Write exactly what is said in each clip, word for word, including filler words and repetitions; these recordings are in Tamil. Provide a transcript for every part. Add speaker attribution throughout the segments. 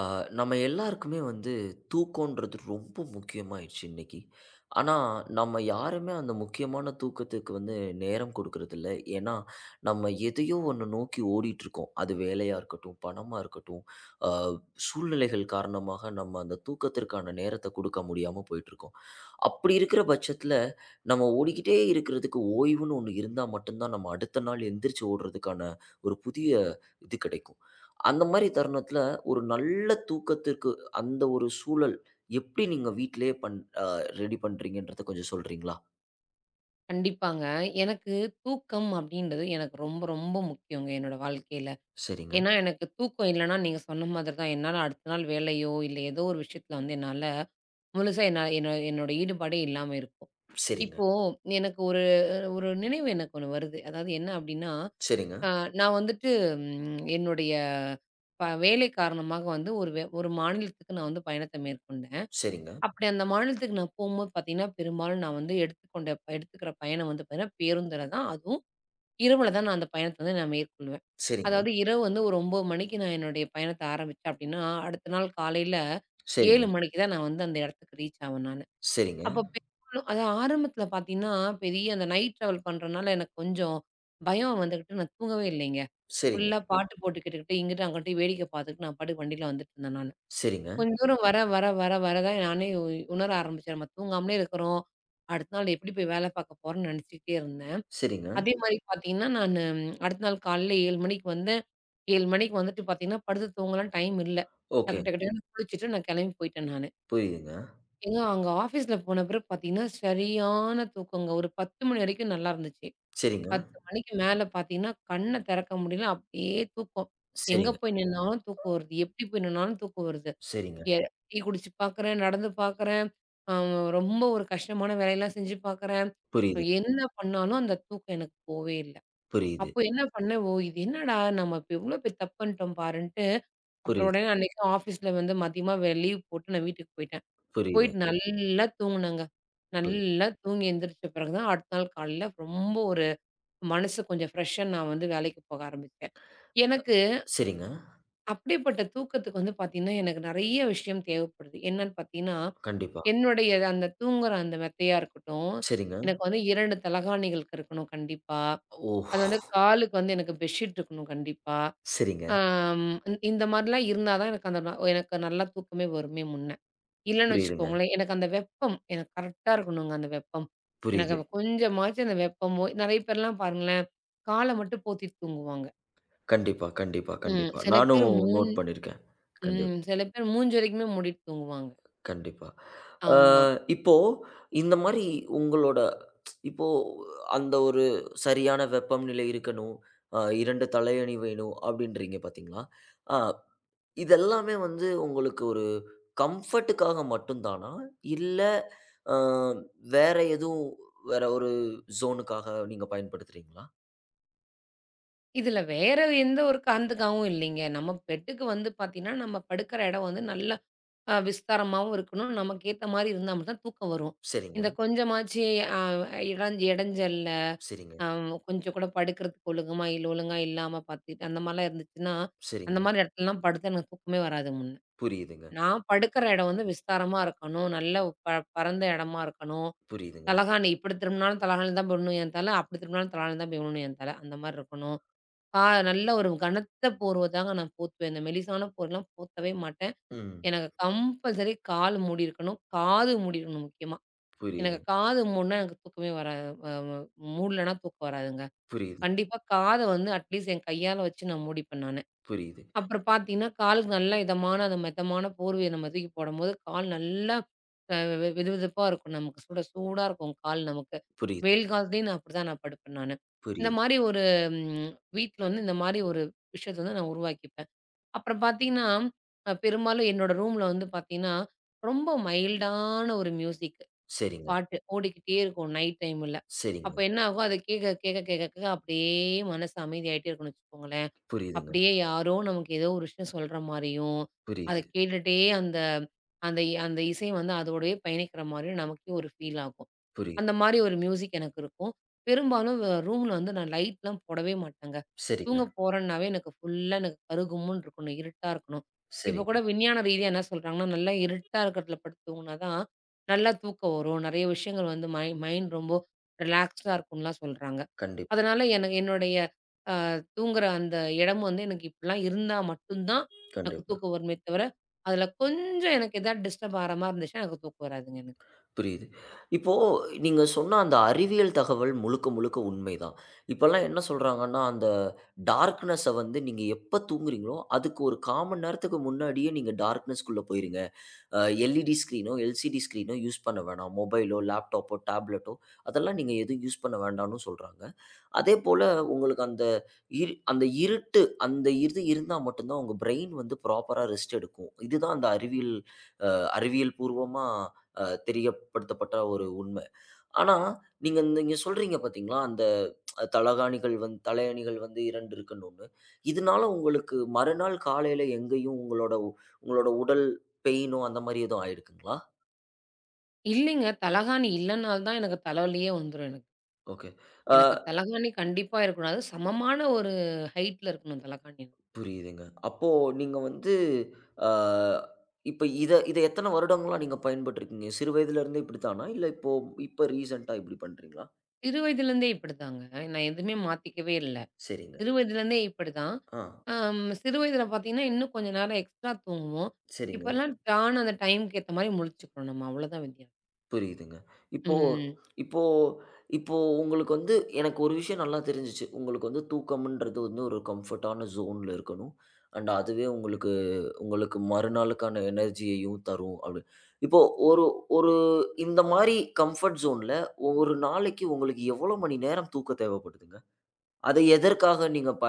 Speaker 1: ஆ, நம்ம எல்லாருக்குமே வந்து தூக்கம்ன்றது ரொம்ப முக்கியமாயிடுச்சு இன்னைக்கு. ஆனா, நம்ம யாருமே அந்த முக்கியமான தூக்கத்துக்கு வந்து நேரம் கொடுக்கறதில்ல. ஏன்னா, நம்ம எதையோ ஒண்ணு நோக்கி ஓடிட்டுருக்கோம். அது வேலையா இருக்கட்டும், பணமா இருக்கட்டும், ஆ, சூழ்நிலைகள் காரணமாக நம்ம அந்த தூக்கத்திற்கான நேரத்த கொடுக்க முடியாம போயிட்டுருக்கோம். அப்படி இருக்கிற பட்சத்தில, நம்ம ஓடிக்கிட்டே இருக்கிறதுக்கு ஓய்வுன்னு ஒண்ணு இருந்தா மட்டும் தான், நம்ம அடுத்த நாள் எந்திரிச்சு ஓடுறதுக்கான ஒரு புதிய இது கிடைக்கும். அந்த மாரி தருணத்தில, ஒரு நல்ல தூக்கத்திற்கு அந்த ஒரு சூழல் எப்படி நீங்க வீட்டிலேயே பண் அ ரெடி பண்றீங்கன்றத கொஞ்சம் சொல்றீங்களா?
Speaker 2: கண்டிப்பாங்க. எனக்கு தூக்கம் அப்படின்றது எனக்கு ரொம்ப, ரொம்ப முக்கியங்க என்னோட வாழ்க்கையில.
Speaker 1: சரிங்க,
Speaker 2: ஏன்னா, எனக்கு தூக்கம் இல்லன்னா நீங்க சொன்ன மாதிரி தான் என்னால அடுத்த நாள் வேலையோ, இல்ல ஏதோ ஒரு விஷயத்துல வந்து என்னால முழுசா என்ன என்ன என்னோட ஈடுபாடே இல்லாம இருக்கும்.
Speaker 1: சரிங்க,
Speaker 2: இப்போ எனக்கு ஒரு ஒரு நினைவு எனக்கு ஒண்ணு வருது. அதாவது என்ன அப்படின்னா,
Speaker 1: சரிங்க,
Speaker 2: அ நான் வந்துட்டு ம் என்னுடைய ப வேலை காரணமாக வந்து ஒரு வே ஒரு மாநிலத்துக்கு நான் வந்து பயணத்த மேற்கொண்டேன்.
Speaker 1: சரிங்க,
Speaker 2: அப்படி அந்த மாநிலத்துக்கு நான் போம்போது பார்த்தீங்கன்னா, பெரும்பாலும் நான் வந்து எடுத்துக்கொண்ட எடுத்துக்கிற பயணம் வந்து பார்த்தீங்கன்னா, பேருந்துல தான். அதுவும் இரவுல தான் நான் அந்த பயணத்த வந்து நான் மேற்கொள்வேன்.
Speaker 1: சரிங்க,
Speaker 2: அதாவது இரவு வந்து ஒரு ஒன்பது மணிக்கு நான் என்னுடைய பயணத்த ஆரம்பிச்சேன் அப்படின்னா, அடுத்த நாள் காலையில ஏழு
Speaker 1: சரிங்க,
Speaker 2: மணிக்கு தான் நான் வந்து அந்த இடத்துக்கு ரீச் ஆவேன் நானு.
Speaker 1: சரிங்க,
Speaker 2: அப்ப பெரும்பாலும் அது ஆரம்பத்தில பார்த்தீங்கன்னா, பெரிய அந்த நைட் ட்ராவல் பண்றனால எனக்கு கொஞ்சம் பயம் வந்துகிட்டு நான் தூங்கவே இல்லைங்க.
Speaker 1: சரிங்க,
Speaker 2: ஃபுல்லா பாட்டு போட்டு கேட்டுக்கிட்டு, இங்கிட்டு அங்கிட்டு வேடிக்கை பார்த்துக்கிட்டு நான் பாட்டுக்கு வண்டியில வந்துட்டுருந்தேன் நானு.
Speaker 1: சரிங்க,
Speaker 2: கொஞ்சம் தூரம் வர, வர, வர, வர தான் நானே உ உணர ஆரம்பிச்சேன். நம்ம தூங்காமலே இருக்கிறோம். அடுத்த நாள் எப்படி போய் வேலை பார்க்க போறோம்ன்னு நெனச்சுக்கிட்டே இருந்தேன்.
Speaker 1: சரிங்க.
Speaker 2: அதே மாரி பார்த்தீங்கன்னா, நானு அடுத்த நாள் காலையில ஏழு மணிக்கு வந்தேன். ஏழு மணிக்கு வந்துட்டு பார்த்தீங்கன்னா, படுத்து தூங்கலாம் டைம் இல்ல.
Speaker 1: ஓகே.
Speaker 2: டக்கு டக்கு டக்குன்னு குளிச்சுட்டு நான் கெளம்பி போயிட்டேன் நானு.
Speaker 1: புரியுதுங்க.
Speaker 2: ஏங்க அங்க ஆஃபீஸ்ல போன பிறகு பார்த்தீங்கன்னா, சரியான தூக்கங்க. ஒரு பத்து மணி வரைக்கும் நல்லா இருந்துச்சு.
Speaker 1: சரிங்க,
Speaker 2: பத்து மணிக்கு மேல பார்த்தீங்கன்னா, கண்ண தெறக்க முடியல. அப்படியே தூக்கம். எங்க
Speaker 1: சரிங்க,
Speaker 2: போய் நின்னாலும் தூக்கம் வருது. எப்படி போய் நின்னாலும் தூக்கம் வருது.
Speaker 1: சரிங்க.
Speaker 2: எ டீ குடிச்சு பார்க்குறேன், நடந்து பார்க்குறேன். அ ரொம்ப ஒரு கஷ்டமான வேலையெல்லாம் செஞ்சு பார்க்குறேன்.
Speaker 1: புரியுது,
Speaker 2: என்ன பண்ணாலும் அந்த தூக்கம் எனக்கு போவே இல்ல.
Speaker 1: புரியுது,
Speaker 2: அப்போ என்ன பண்ணேன், ஓ! இது என்னடா நம்ம இப்ப எவ்ளோ பெரிய தப்பு பண்ணிட்டோம் பாருன்ட்டு, அப்புறம்
Speaker 1: புரியுது,
Speaker 2: உடனே அன்னைக்கு ஆஃபீஸ்ல வந்து மதியமா வே லீவ் போட்டு நான் வீட்டுக்கு போயிட்டேன்.
Speaker 1: புரியுது.
Speaker 2: போயிட்டு நல்லா தூங்குனேங்க.
Speaker 1: புரி
Speaker 2: நல்லா தூங்கி எந்திரிச்ச பிறகு தான் அடுத்த நாள் காலையில ரொம்ப ஒரு மனசு கொஞ்சம் ஃப்ரெஷ்ஷா நான் வந்து வேலைக்கு போக ஆரம்பிச்சேன். எனக்கு
Speaker 1: சரிங்க.
Speaker 2: அப்படிப்பட்ட தூக்கத்துக்கு வந்து பார்த்தீங்கன்னா, எனக்கு நெறைய விஷயம் தேவைப்படுது. என்னன்னு பார்த்தீங்கன்னா,
Speaker 1: கண்டிப்பா.
Speaker 2: என்னுடைய அந்த தூங்குற அந்த மெத்தையா இருக்கட்டும்,
Speaker 1: சரிங்க.
Speaker 2: எனக்கு வந்து இரண்டு தலகாணிகள் இருக்கணும் கண்டிப்பா.
Speaker 1: ஓ!
Speaker 2: அது வந்து காலுக்கு வந்து எனக்கு பெட்ஷீட் இருக்கணும் கண்டிப்பா.
Speaker 1: சரிங்க.
Speaker 2: ஆம் இந் இந்த மாரிலாம் இருந்தா தான் எனக்கு அந்த ந எனக்கு நல்லா தூக்கமே வருமே முன்ன. இல்லன்னு
Speaker 1: புரியுதுங்க.
Speaker 2: வச்சுக்கோங்களேன், எனக்கு அந்த வெப்பம் எனக்கு கரெக்ட்டா இருக்கணுங்க அந்த வெப்பம். எனக்கு
Speaker 1: புரியுது.
Speaker 2: அப்ப கொஞ்சமாச்சும் அந்த வெப்பமோ நெறைய பேர்லாம் பாருங்களேன், கால மட்டும் போத்திட்டு தூங்குவாங்க.
Speaker 1: கண்டிப்பா, கண்டிப்பா,
Speaker 2: ம்.
Speaker 1: கண்டிப்பா.
Speaker 2: சில பேர்
Speaker 1: நானும்
Speaker 2: மூஞ்
Speaker 1: நோட் பண்ணியிருக்கேன். கண்டிப்
Speaker 2: ம். சில பேர் மூஞ்சு வரைக்குமே மூடிட்டு தூங்குவாங்க.
Speaker 1: கண்டிப்பா. அ
Speaker 2: ஆமா.
Speaker 1: இப்போ இந்த மாரி உங்களோட இப்போ அந்த ஒரு சரியான வெப்பம்நிலை இருக்கணும். அ இரண்டு தலையணி வேணும் அப்டின்றீங்க பார்த்தீங்களா? அ இதெல்லாமே வந்து உங்களுக்கு ஒரு கம்ஃபர்ட்டுக்காக மட்டும் தானா? இல்ல அ வேற எதுவும் வேற ஒரு ஜோனுக்காக நீங்க பயன்படுத்துறீங்களா?
Speaker 2: இதுல வேற எந்த ஒரு காரணத்துக்காகவும் இல்லைங்க. நம்ம பெட்டுக்கு வந்து பார்த்தீங்கன்னா, நம்ம படுக்கிற இடம் வந்து நல்லா அ விஸ்தாரமாவும் இருக்கணும். நமக்கு ஏத்த மாரி இருந்தா மட்டும் தான் தூக்கம் வரும்.
Speaker 1: சரிங்க,
Speaker 2: இந்த கொஞ்சமாச்சு அ இடஞ் இடைஞ்சல்ல,
Speaker 1: சரிங்க,
Speaker 2: அ கொஞ்சம் கூட படுக்கிறதுக்கு ஒழுங்கமா இல்ல, ஒழுங்கா இல்லாம பார்த்துட்டு அந்த மாரிலாம் இருந்துச்சுன்னா, அந்த
Speaker 1: சரிங்க.
Speaker 2: மாரி இடத்துலலாம் படுத்தா எனக்கு தூக்கமே வராது முன்ன.
Speaker 1: புரியுதுங்க,
Speaker 2: நான் படுக்கிற இடம் வந்து விஸ்தாரமா இருக்கணும். நல்ல ப பரந்த இடமா இருக்கணும்.
Speaker 1: புரியுதுங்க.
Speaker 2: தலகாணி இப்படி திரும்பினாலும் தலகாணில தான் போய் விழணும் என் தல, அப்படி திரும்பினாலும் தலகாணில தான் போய் விழணும் என் தல. அந்த மாரி இருக்கணும். பா நல்ல ஒரு கனத்த போர்வ தாங்க நான் போத்துவேன். இந்த மெலிசான போர்வலாம் போத்தவே மாட்டேன்.
Speaker 1: ம்.
Speaker 2: எனக்கு கம்பல்சரி கால் மூடி இருக்கணும். காது மூடி இருக்கணும் முக்கியமா.
Speaker 1: புரியுது,
Speaker 2: எனக்கு காது மூடுனா எனக்கு தூக்கமே வராது. அ மூடலன்னா தூக்கம் வராதுங்க.
Speaker 1: புரியுது,
Speaker 2: கண்டிப்பா காத வந்து அட்லீஸ்ட் என் கையால வச்சு நான் மூடிப்பேன் நானு.
Speaker 1: புரியுது,
Speaker 2: அப்புறம் பார்த்தீங்கன்னா, காலுக்கு நல்லா இதமான, அந்த மெத்தமான போர்வைய நம்ம தூக்கி போடும்போது, கால் நல்லா அ வெ வெதுவெதுப்பா இருக்கும் நமக்கு. சுட சூடா இருக்கும் கால் நமக்கு.
Speaker 1: புரியுது,
Speaker 2: வெயில் காலத்துலயும் நான் அப்படிதான் நான் படுப்பேன் நானு. இந்த
Speaker 1: புரியுது.
Speaker 2: மாரி ஒரு ம் வீட்ல வந்து இந்த மாரி ஒரு விஷயத்த வந்து நான் உருவாக்கிப்பேன். அப்புறம் பார்த்தீங்கன்னா, அ பெரும்பாலும் என்னோட ரூம்ல வந்து பார்த்தீங்கன்னா, ரொம்ப மைல்டான ஒரு மியூசிக்
Speaker 1: சரிங்க,
Speaker 2: பாட்டு ஓடிக்கிட்டே இருக்கும் நைட் டைம்ல.
Speaker 1: சரிங்க.
Speaker 2: அப்ப என்ன ஆகும்? அத கேட்க, கேட்க, கேட்க, கேட்க அப்படியே மனசு அமைதியாயிட்டே இருக்கும்னு வச்சுக்கோங்களேன்.
Speaker 1: புரியுதுங்க.
Speaker 2: அப்படியே யாரோ நமக்கு ஏதோ ஒரு விஷயம் சொல்ற மாரியும், அத
Speaker 1: புரியுது,
Speaker 2: கேட்டுட்டே அந்த அந்த அந்த இசை வந்து அதோடயே பயணிக்கிற மாரியும் நமக்கே ஒரு ஃபீல் ஆகும்.
Speaker 1: புரியுது.
Speaker 2: அந்த மாரி ஒரு மியூசிக் எனக்கு இருக்கும். பெரும்பாலும் வ ரூம்ல வந்து நான் லைட்லாம் போடவே மாட்டேங்க. தூங்க
Speaker 1: சரிங்க,
Speaker 2: போறேன்னாவே எனக்கு ஃபுல்லா எனக்கு கருகும்முன்னு இருக்கணும். இருட்டா இருக்கணும். இப்போ
Speaker 1: சரிங்க.
Speaker 2: கூட விஞ்ஞான ரீதியா என்ன சொல்றாங்கன்னா, நல்லா இருட்டா இருக்கிறதுல படுத்து தூங்குனா தான், நல்லா தூக்கம் வரும். நெறைய விஷயங்கள் வந்து மை மைண்ட் ரொம்ப ரிலாக்ஸ்டா இருக்கும்லாம் சொல்றாங்க.
Speaker 1: கண்டிப்
Speaker 2: அதனால எனக்கு என்னுடைய அ தூங்குற அந்த இடம் வந்து எனக்கு இப்படிலாம் இருந்தா மட்டும் தான் எனக்கு
Speaker 1: கண்டிப்பா.
Speaker 2: தூக்கம் வருமே தவிர, அதில கொஞ்சம் எனக்கு எதாவது டிஸ்டர்ப் ஆற மாரி இருந்துச்சுன்னா எனக்கு தூக்கம் வராதுங்க எனக்கு.
Speaker 1: புரியுது. இப்போ நீங்க சொன்ன அந்த அறிவியல் தகவல் முழுக்க, முழுக்க உண்மைதான். இப்பல்லாம் என்ன சொல்றாங்கன்னா, அந்த டார்க்னஸ்ஸ வந்து நீங்க எப்ப தூங்குறீங்களோ, அதுக்கு ஒரு கால் மணி நேரத்துக்கு முன்னாடியே நீங்க டார்க்னஸ்க்குள்ள போயிருங்க. அ எல்இடி ஸ்க்ரீனோ, எல்சிடி ஸ்க்ரீனோ யூஸ் பண்ண வேணாம். மொபைலோ, லேப்டாப்போ, டேப்லெட்டோ அதெல்லாம் நீங்க எதுவும் யூஸ் பண்ண வேண்டாம்னு சொல்றாங்க. அதேபோல உங்களுக்கு அந்த இரு அந்த இருட்டு அந்த இது இருந்தா மட்டும் தான் உங்க பிரெயின் வந்து ப்ராப்பரா ரெஸ்ட் எடுக்கும். இதுதான் அந்த அறிவியல் அறிவியல் பூர்வமா அ தெரியப்படுத்தப்பட்ட ஒரு உண்மை. ஆனா, நீங்க இந்த நீங்க சொல்றீங்க பார்த்தீங்களா, அந்த தலகாணிகள் வந்து தலையணிகள் வந்து இரண்டு இருக்கணும்னு. இதனால உங்களுக்கு மறுநாள் காலையில எங்கேயும் உங்களோட உ- உங்களோட உடல் பெயினோ அந்த மாரி எதுவும் ஆயிருக்குங்களா?
Speaker 2: இல்லைங்க. தலகாணி இல்லனால தான் எனக்கு தலைவலியே வந்துரும் எனக்கு.
Speaker 1: ஓகே. அ
Speaker 2: எனக்கு தலகாணி கண்டிப்பா இருக்கணும். அதுவும் சமமான ஒரு ஹைட்ல இருக்கணும் தலகாணி.
Speaker 1: புரியுதுங்க. அப்போ நீங்க வந்து அ இப்ப இத இத எத்தன வருடங்களா நீங்க பயன்பட்டுருக்கீங்க? சிறு வயதில இருந்தே இப்படித்தானா? இல்ல இப்போ இப்ப ரீசென்ட்டா இப்படி பண்றீங்களா?
Speaker 2: சிறு வயதிலேருந்தே இப்படிதாங்க. நான் எதுவுமே மாத்திக்கவே இல்ல.
Speaker 1: சரிங்க.
Speaker 2: சிறு வயதிலேருந்தே இப்படிதான்.
Speaker 1: ஆ.
Speaker 2: அம் சிறு வயதில பார்த்தீங்கன்னா, இன்னும் கொஞ்ச நேரம் எக்ஸ்ட்ரா தூங்குவோம்.
Speaker 1: சரிங்க.
Speaker 2: இப்பலாம் டான்னு அந்த டைம்க்கு ஏத்த மாரி முழிச்சுக்கிறோம் நம்ம. அவ்வளோதான் வித்தியாசம்.
Speaker 1: புரியுதுங்க. இப்போ
Speaker 2: ம்.
Speaker 1: இப்போ இப்போ உங்களுக்கு வந்து எனக்கு ஒரு விஷயம் நல்லா தெரிஞ்சுச்சு. உங்களுக்கு வந்து தூக்கம்ன்றது வந்து ஒரு கம்ஃபர்ட்டான ஜோன்ல இருக்கணும். அண்ட் அதுவே உங்களுக்கு உங்களுக்கு மறுநாளுக்கான எனர்ஜியையும் தரும் அப்படி. இப்போ ஒரு ஒரு இந்த மாரி கம்ஃபர்ட் ஜோன்ல ஒரு நாளைக்கு உங்களுக்கு எவ்வளோ மணி நேரம் தூக்கம் தேவைப்படுதுங்க? அதை எதற்காக நீங்க ப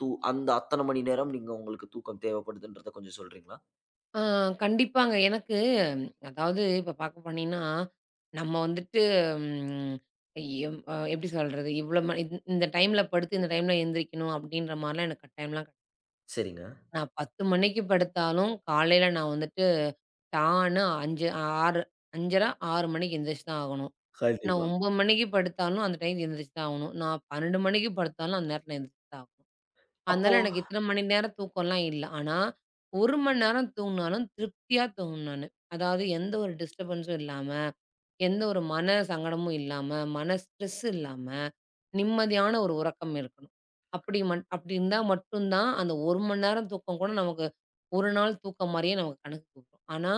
Speaker 1: தூ அந்த அத்தன மணி நேரம் நீங்க உங்களுக்கு தூக்கம் தேவைப்படுதுன்றத கொஞ்சம் சொல்றீங்களா?
Speaker 2: ஆ கண்டிப்பாங்க. எனக்கு அதாவது இப்ப பார்க்க போனீங்கன்னா, நம்ம வந்துட்டு ம் எம் அ எப்படி சொல்றது? இவ்வளோ மணி இந் இந்த டைம்ல படுத்து, இந்த டைம்ல எந்திரிக்கணும் அப்படின்ற மாரிலாம் எனக்கு கட்டாயம்லாம் கெ
Speaker 1: சரிங்க.
Speaker 2: நான் பத்து மணிக்கு படுத்தாலும், காலையில நான் வந்துட்டு டான்னு ஐந்து ஆறு ஐந்தரை, ஆறு மணிக்கு எந்திரிச்சு தான் ஆகணும். நான்
Speaker 1: கண்டிப்பா.
Speaker 2: ஒன்பது மணிக்கு படுத்தாலும், அந்த டைம்க்கு எந்திரிச்சு தான் ஆகணும். நான் பன்னிரண்டு மணிக்கு படுத்தாலும், அந்த நேரத்துல எந்திரிச்சு தான் ஆகணும்.
Speaker 1: அப்போ
Speaker 2: அதனால எனக்கு இத்தன மணி நேரம் தூக்கம்லாம் இல்ல. ஆனா, ஒரு மணி நேரம் தூங்குனாலும் திருப்தியா தூங்கணும் நானு. அதாவது எந்த ஒரு டிஸ்டர்பன்ஸும் இல்லாம, எந்த ஒரு மன சங்கடமும் இல்லாம, மன ஸ்ட்ரெஸ் இல்லாம, நிம்மதியான ஒரு உறக்கம் இருக்கணும். அப்படி மட் அப்படி இருந்தா மட்டும் தான், அந்த ஒரு மணி நேரம் தூக்கம் கூட நமக்கு ஒரு நாள் தூக்கம் மாரியே நமக்கு கணக்கு கூடும். ஆனா,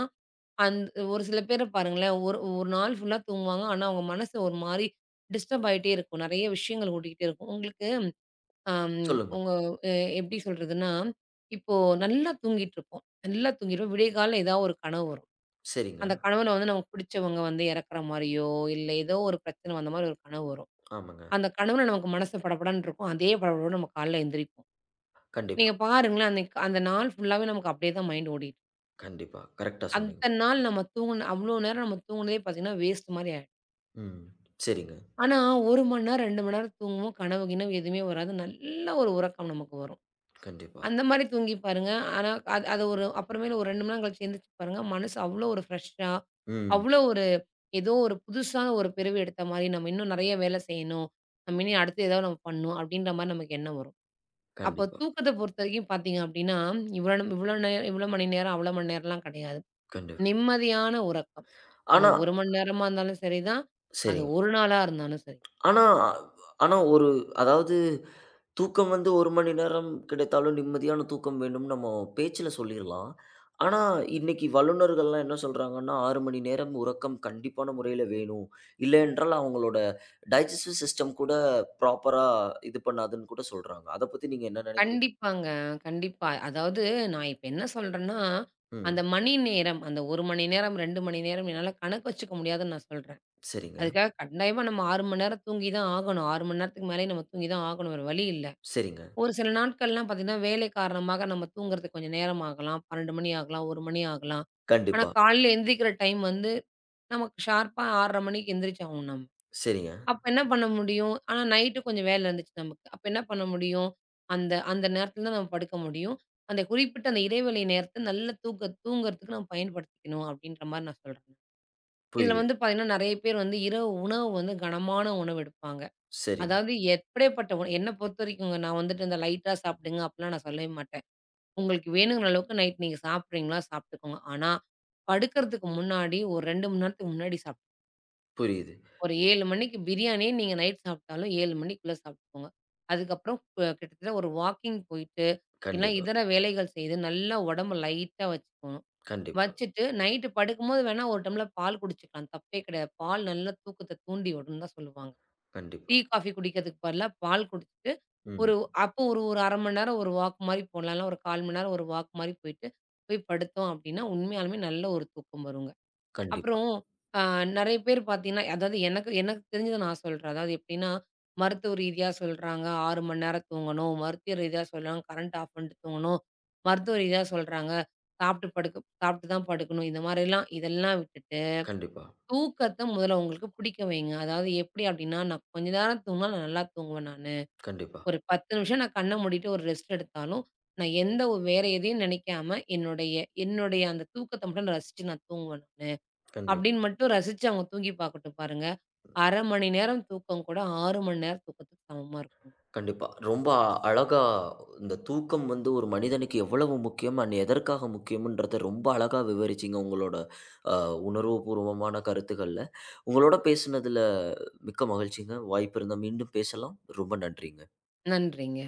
Speaker 2: அந் ஒரு சில பேர பாருங்களேன், ஒரு ஒரு நாள் ஃபுல்லா தூங்குவாங்க. ஆனா, அவங்க மனசு ஒரு மாரி டிஸ்டர்ப் ஆயிட்டே இருக்கும். நெறைய விஷயங்கள் ஓடிக்கிட்டே இருக்கும். உங்களுக்கு அம்
Speaker 1: சொல்லுங்க.
Speaker 2: உங்க எ எப்படி சொல்றதுன்னா, இப்போ நல்லா தூங்கிட்டுருப்போம். நல்லா தூங்கிருவோம். விடிய காலையில ஏதாவது ஒரு கனவு வரும்.
Speaker 1: சரிங்க.
Speaker 2: அந்த கனவுல வந்து நமக்கு பிடிச்சவங்க வந்து இறக்குற மாரியோ, இல்ல ஏதோ ஒரு பிரச்சனை வந்த மாரி ஒரு கனவு வரும்.
Speaker 1: ஆமாங்க.
Speaker 2: அந்த கனவுல நமக்கு மனசு படபடன்னு இருக்கும். அதே படபடன்னு நம்ம காலைல எந்திரிப்போம்.
Speaker 1: கண்டிப்பா.
Speaker 2: நீங்க பாருங்களேன், அன்னைக்கு அந்த நாள் ஃபுல்லாவே நமக்கு அப்படியே தான் மைண்ட் ஓடிட்டு
Speaker 1: கண்டிப்பா. கரெக்ட்டா சொன்னீங்க.
Speaker 2: அத்தன நாள் நம்ம தூங்குன அவ்வளோ நேரம் நம்ம தூங்குனதே பார்த்தீங்கன்னா, வேஸ்ட் மாரி ஆயிடும்.
Speaker 1: ம். சரிங்க.
Speaker 2: ஆனா ஒரு மணி நேரம், ரெண்டு மணி நேரம் தூங்குவோம். கனவு கினவு எதுவுமே வராது. நல்ல ஒரு உறக்கம் நமக்கு வரும்.
Speaker 1: கண்டிப்பா.
Speaker 2: அந்த மாரி தூங்கி பாருங்க. ஆனா அது அது ஒரு அப்புறமேலு ஒரு ரெண்டு மணி நேரம் கழிச்சு எந்திரிச்சு பாருங்க. மனசு அவ்வளோ ஒரு ஃப்ரெஷ்ஷா,
Speaker 1: ம்.
Speaker 2: அவ்வளோ ஏதோ ஒரு புதுசா ஒரு பிறவி எடுத்த மாரி, நம்ம இன்னும் நெறைய வேலை செய்யணும். நம்ம இனி அடுத்து ஏதாவது நம்ம பண்ணணும் அப்டின்ற மாரி நமக்கு எண்ணம் வரும். அப்போ
Speaker 1: கண்டிப்பா,
Speaker 2: தூக்கத்த பொறுத்தவரைக்கும் பார்த்தீங்க அப்டின்னா, இவ்ளோ இவ்ளோ நேரம் இவ்ளோ மணி நேரம், அவ்ளோ மணி நேரம்லாம் கிடையாது.
Speaker 1: கண்டிப்பா.
Speaker 2: நிம்மதியான உறக்கம். அது
Speaker 1: ஆனா
Speaker 2: ஒரு மணி நேரமா இருந்தாலும் சரிதான், அது
Speaker 1: சரிங்க.
Speaker 2: ஒரு நாளா இருந்தாலும் சரி.
Speaker 1: ஆனா ஆனா ஒரு அதாவது தூக்கம் வந்து ஒரு மணி நேரம் கிடைத்தாலும் நிம்மதியான தூக்கம் வேண்டும்னு நம்ம பேச்சுல சொல்லிர்லாம். ஆனா, இன்னைக்கு வல்லுனர்கள்லாம் என்ன சொல்றாங்கன்னா, ஆறு மணி நேரம் உறக்கம் கண்டிப்பான முறையில வேணும். இல்லை என்றால் அவங்களோட டைஜெஸ்டிவ் சிஸ்டம் கூட ப்ராப்பரா இது பண்ணாதுன்னு கூட சொல்றாங்க. அத பத்தி நீங்க என்ன நினைக்கிறீங்க?
Speaker 2: கண்டிப்பாங்க. கண்டிப்பா. அதாவது நான் இப்ப என்ன சொல்றேன்னா, அந்த
Speaker 1: ம்.
Speaker 2: மணி நேரம், அந்த ஒரு மணி நேரம், ரெண்டு மணி நேரம் என்னால கணக்கு வச்சுக்க முடியாதுன்னு நான் சொல்றேன்.
Speaker 1: சரிங்க,
Speaker 2: அதுக்காக கட்டாயமா நம்ம ஆறு மணி நேரம் தூங்கி தான் ஆகணும். ஆறு மணி நேரத்துக்கு மேலயே நம்ம தூங்கி தான் ஆகணும். வேற வழி இல்ல.
Speaker 1: சரிங்க.
Speaker 2: ஒரு சில நாட்கள்லாம் பார்த்தீங்கன்னா, வேலை காரணமாக நம்ம தூங்குறதுக்கு கொஞ்சம் நேரம் ஆகலாம். பன்னிரண்டு மணி ஆகலாம், ஒரு மணி ஆகலாம். ஆனா,
Speaker 1: கண்டிப்பா.
Speaker 2: காலையில எந்திரிக்கிற டைம் வந்து நமக்கு ஷார்ப்பா ஆறரை மணிக்கு எந்திரிச்சாகணும் நம்ம.
Speaker 1: சரிங்க.
Speaker 2: அப்ப என்ன பண்ண முடியும்? ஆனா, நைட்டு கொஞ்சம் வேலை இருந்துச்சு நமக்கு. அப்ப என்ன பண்ண முடியும்? அந்த அந்த நேரத்துல தான் நம்ம படுக்க முடியும். அந்த குறிப்பிட்ட அந்த இடைவெளை நேரத்த நல்ல தூக்க தூங்குறதுக்கு நம்ம பயன்படுத்திக்கணும், அப்படின்ற மாரி நான் சொல்றேன். இதுல வந்து
Speaker 1: புரியுது.
Speaker 2: பார்த்தீங்கன்னா, நெறைய பேர் வந்து இரவு உணவு வந்து கனமான உணவு எடுப்பாங்க.
Speaker 1: சரிங்க.
Speaker 2: அதாவது எப்படிப்பட்ட உணவு என்ன பொறுத்தவரைக்குங்க நான் வந்துட்டு இந்த லைட்டா சாப்பிடுங்க அப்படிலாம் நான் சொல்லவே மாட்டேன். உங்களுக்கு வேணுங்கிற அளவுக்கு நைட் நீங்க சாப்பிடுறீங்களா சாப்பிட்டுக்கோங்க. ஆனா, படுக்கறதுக்கு முன்னாடி ஒரு ரெண்டு மணி நேரத்துக்கு முன்னாடி சாப்பிட்டுக்கோங்க.
Speaker 1: புரியுது.
Speaker 2: ஒரு ஏழு மணிக்கு பிரியாணியே நீங்க நைட் சாப்பிட்டாலும் ஏழு மணிக்குள்ள சாப்பிட்டுக்கோங்க. அதுக்கப்புறம் அ கிட்டத்தட்ட ஒரு வாக்கிங் போயிட்டு, இல்ல
Speaker 1: கண்டிப்பா,
Speaker 2: இதர வேலைகள் செய்து நல்லா உடம்ப லைட்டா வச்சுக்கணும்.
Speaker 1: கண்டிப்பா,
Speaker 2: வச்சுட்டு நைட்டு படுக்கும்போது வேணா ஒரு டம்ளர் பால் குடிச்சுக்கலாம். தப்பே கிடையாது. பால் நல்லா தூக்கத்த தூண்டி விடும்ன்னு தான் சொல்லுவாங்க. டீ,
Speaker 1: கண்டிப்பா.
Speaker 2: காஃபி குடிக்கிறதுக்கு பதிலா பால் குடிச்சுட்டு, ஒரு
Speaker 1: ம்.
Speaker 2: அப்போ ஒரு ஒரு அரை மணி நேரம் ஒரு வாக் மாரி போலாம். இல்ல ஒரு கால் மணி நேரம் ஒரு வாக் மாரி போயிட்டு, போய் படுத்தோம் அப்டின்னா, உண்மையாலுமே நல்ல ஒரு தூக்கம் வருங்க.
Speaker 1: கண்டிப்பா,
Speaker 2: அப்புறம் அ நெறைய பேர் பார்த்தீங்கன்னா, அதாவது எனக்கு எனக்கு தெரிஞ்சத நான் சொல்றேன். அதாவது எப்படின்னா, மருத்துவ ரீதியா சொல்றாங்க ஆறு மணி நேரம் தூங்கணும். மருத்துவ ரீதியா சொல்றாங்க கரண்ட் ஆஃப் பண்ணிட்டு தூங்கணும். மருத்துவ ரீதியா சொல்றாங்க சாப்பிட்டு படுக்க சாப்பிட்டு தான் படுக்கணும். இந்த மாரிலாம் இதெல்லாம் விட்டுட்டு,
Speaker 1: கண்டிப்பா,
Speaker 2: தூக்கத்த முதல்ல உங்களுக்கு பிடிக்க வைங்க. அதாவது எப்படி அப்படின்னா, நான் கொஞ்ச நேரம் தூங்குனா நான் நல்லா தூங்குவேன் நானு.
Speaker 1: கண்டிப்பா,
Speaker 2: ஒரு பத்து நிமிஷம் நான் கண்ண மூடிட்டு ஒரு ரெஸ்ட் எடுத்தாலும், நான் எந்த ஒரு வேற எதையும் நெனைக்காம என்னுடைய என்னுடைய அந்த தூக்கத்த மட்டும் நான் ரசிச்சு நான் தூங்குவேன்.
Speaker 1: கண்டிப்பா,
Speaker 2: அப்படின்னு மட்டும் ரசிச்சு அவங்க தூங்கி பார்க்கட்டும் பாருங்க. அரை மணி நேரம் தூக்கம் கூட ஆறு மணி நேரம் தூக்கத்துக்கு சமமா இருக்கும்.
Speaker 1: கண்டிப்பா. ரொம்ப அழகா இந்த தூக்கம் வந்து ஒரு மனிதனுக்கு எவ்வளவு முக்கியம் அண்ட் எதற்காக முக்கியம்ன்றத ரொம்ப அழகா விவரிச்சீங்க உங்களோட அ உணர்வுபூர்வமான கருத்துக்கள்ல. உங்களோட பேசினதுல மிக்க மகிழ்ச்சிங்க. வாய்ப்பு இருந்தா மீண்டும் பேசலாம். ரொம்ப நன்றிங்க.
Speaker 2: நன்றிங்க.